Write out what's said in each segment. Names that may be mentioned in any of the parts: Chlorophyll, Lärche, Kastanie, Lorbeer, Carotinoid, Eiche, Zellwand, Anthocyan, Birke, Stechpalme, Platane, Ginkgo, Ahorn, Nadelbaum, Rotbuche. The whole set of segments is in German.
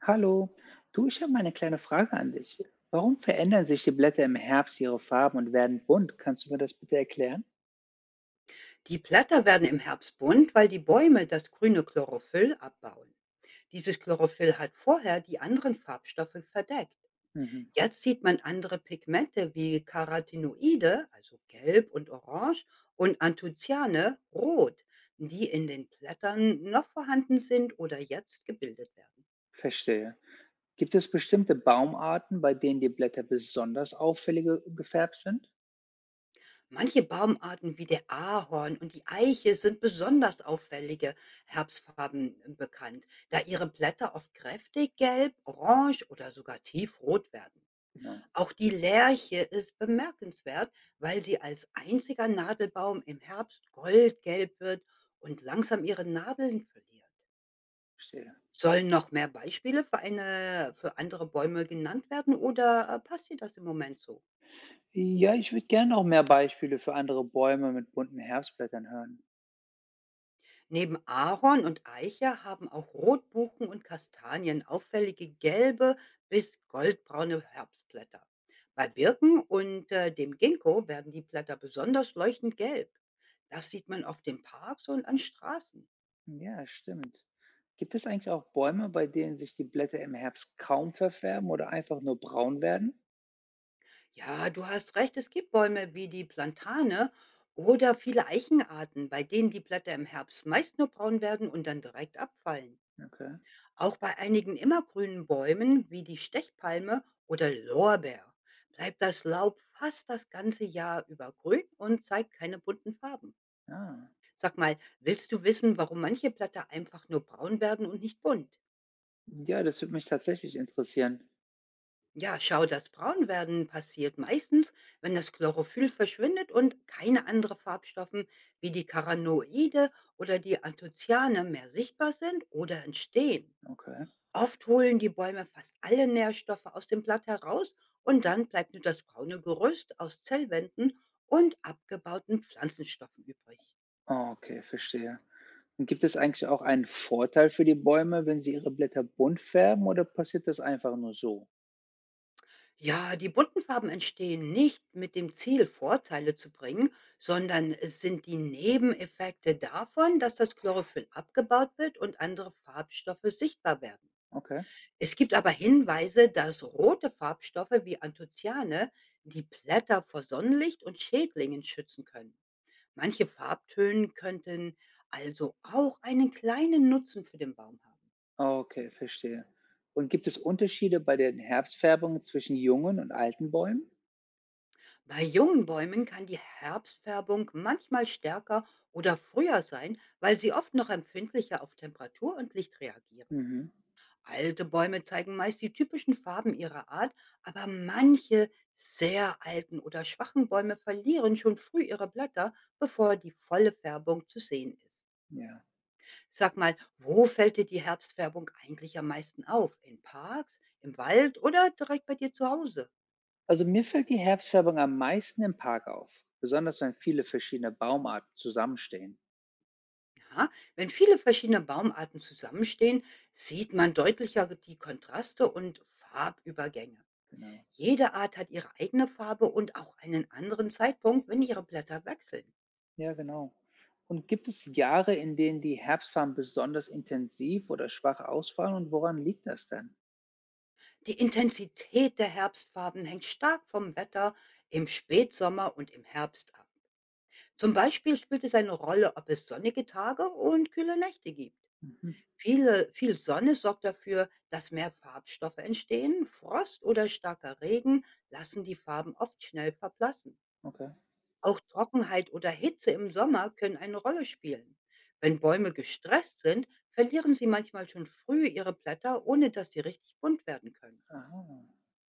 Hallo, du, ich habe mal eine kleine Frage an dich. Warum verändern sich die Blätter im Herbst ihre Farben und werden bunt? Kannst du mir das bitte erklären? Die Blätter werden im Herbst bunt, weil die Bäume das grüne Chlorophyll abbauen. Dieses Chlorophyll hat vorher die anderen Farbstoffe verdeckt. Mhm, Jetzt sieht man andere Pigmente wie Carotinoide, also gelb und orange, und Anthocyane, rot, die in den Blättern noch vorhanden sind oder jetzt gebildet werden. verstehe. Gibt es bestimmte Baumarten, bei denen die Blätter besonders auffällig gefärbt sind? Manche Baumarten wie der Ahorn und die Eiche sind besonders auffällige Herbstfarben bekannt, da ihre Blätter oft kräftig gelb, orange oder sogar tiefrot werden. Genau, Auch die Lärche ist bemerkenswert, weil sie als einziger Nadelbaum im Herbst goldgelb wird und langsam ihre Nadeln verliert. verstehe. Sollen noch mehr Beispiele für andere Bäume genannt werden oder passt dir das im Moment so? Ja, ich würde gerne auch mehr Beispiele für andere Bäume mit bunten Herbstblättern hören. Neben Ahorn und Eiche haben auch Rotbuchen und Kastanien auffällige gelbe bis goldbraune Herbstblätter. Bei Birken und dem Ginkgo werden die Blätter besonders leuchtend gelb. Das sieht man oft in Parks und an Straßen. Ja, stimmt. Gibt es eigentlich auch Bäume, bei denen sich die Blätter im Herbst kaum verfärben oder einfach nur braun werden? Ja, du hast recht, es gibt Bäume wie die Plantane oder viele Eichenarten, bei denen die Blätter im Herbst meist nur braun werden und dann direkt abfallen. Okay. Auch bei einigen immergrünen Bäumen wie die Stechpalme oder Lorbeer bleibt das Laub fast das ganze Jahr über grün und zeigt keine bunten Farben. Ah. Sag mal, willst du wissen, warum manche Blätter einfach nur braun werden und nicht bunt? Ja, das würde mich tatsächlich interessieren. Ja, schau, das Braunwerden passiert meistens, wenn das Chlorophyll verschwindet und keine anderen Farbstoffe wie die Carotenoide oder die Anthocyane mehr sichtbar sind oder entstehen. Okay. Oft holen die Bäume fast alle Nährstoffe aus dem Blatt heraus und dann bleibt nur das braune Gerüst aus Zellwänden und abgebauten Pflanzenstoffen übrig. Ah, okay, verstehe. Und gibt es eigentlich auch einen Vorteil für die Bäume, wenn sie ihre Blätter bunt färben oder passiert das einfach nur so? Ja, die bunten Farben entstehen nicht mit dem Ziel, Vorteile zu bringen, sondern es sind die Nebeneffekte davon, dass das Chlorophyll abgebaut wird und andere Farbstoffe sichtbar werden. Okay. Es gibt aber Hinweise, dass rote Farbstoffe wie Anthocyane die Blätter vor Sonnenlicht und Schädlingen schützen können. Manche Farbtönen könnten also auch einen kleinen Nutzen für den Baum haben. Ah, okay, verstehe. Und gibt es Unterschiede bei den Herbstfärbungen zwischen jungen und alten Bäumen? Bei jungen Bäumen kann die Herbstfärbung manchmal stärker oder früher sein, weil sie oft noch empfindlicher auf Temperatur und Licht reagieren. Mhm. Alte Bäume zeigen meist die typischen Farben ihrer Art, aber manche sehr alten oder schwachen Bäume verlieren schon früh ihre Blätter, bevor die volle Färbung zu sehen ist. Ja. Sag mal, wo fällt dir die Herbstfärbung eigentlich am meisten auf? In Parks, im Wald oder direkt bei dir zu Hause? Also mir fällt die Herbstfärbung am meisten im Park auf, besonders wenn viele verschiedene Baumarten zusammenstehen. Ja, wenn viele verschiedene Baumarten zusammenstehen, sieht man deutlicher die Kontraste und Farbübergänge. Genau. Jede Art hat ihre eigene Farbe und auch einen anderen Zeitpunkt, wenn ihre Blätter wechseln. Ja, genau. Und gibt es Jahre, in denen die Herbstfarben besonders intensiv oder schwach ausfallen und woran liegt das dann? Die Intensität der Herbstfarben hängt stark vom Wetter im Spätsommer und im Herbst ab. Zum Beispiel spielt es eine Rolle, ob es sonnige Tage und kühle Nächte gibt. Mhm, Viel Sonne sorgt dafür, dass mehr Farbstoffe entstehen. Frost oder starker Regen lassen die Farben oft schnell verblassen. okay. Auch Trockenheit oder Hitze im Sommer können eine Rolle spielen. Wenn Bäume gestresst sind, verlieren sie manchmal schon früh ihre Blätter, ohne dass sie richtig bunt werden können. Aha.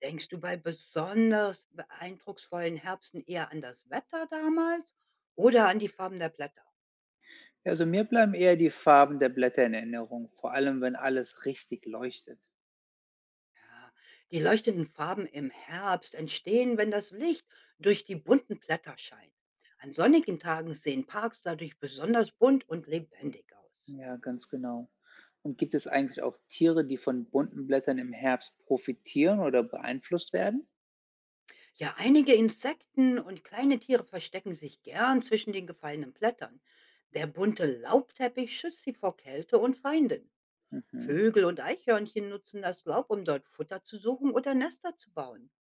Denkst du bei besonders eindrucksvollen Herbsten eher an das Wetter damals oder an die Farben der Blätter? Ja, also mir bleiben eher die Farben der Blätter in Erinnerung, vor allem wenn alles richtig leuchtet. Ja, die leuchtenden Farben im Herbst entstehen, wenn das Licht durch die bunten Blätter scheint. An sonnigen Tagen sehen Parks dadurch besonders bunt und lebendig aus. Ja, ganz genau. Und gibt es eigentlich auch Tiere, die von bunten Blättern im Herbst profitieren oder beeinflusst werden? Ja, einige Insekten und kleine Tiere verstecken sich gern zwischen den gefallenen Blättern. Der bunte Laubteppich schützt sie vor Kälte und Feinden. Mhm. Vögel und Eichhörnchen nutzen das Laub, um dort Futter zu suchen oder Nester zu bauen.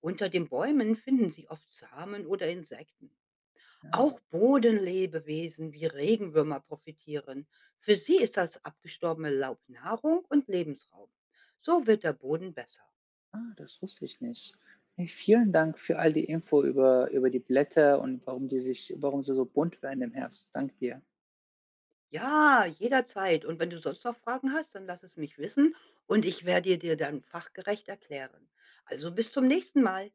Unter den Bäumen finden sie oft Samen oder Insekten. Auch Ja. Bodenlebewesen wie Regenwürmer profitieren. Für sie ist das abgestorbene Laub Nahrung und Lebensraum. So wird der Boden besser. Ah, das wusste ich nicht. Hey, vielen Dank für all die Info über die Blätter und warum die sich warum sie so bunt werden im Herbst. Dank dir. Ja, jederzeit. Und wenn du sonst noch Fragen hast, dann lass es mich wissen und ich werde dir dann fachgerecht erklären. Also bis zum nächsten Mal.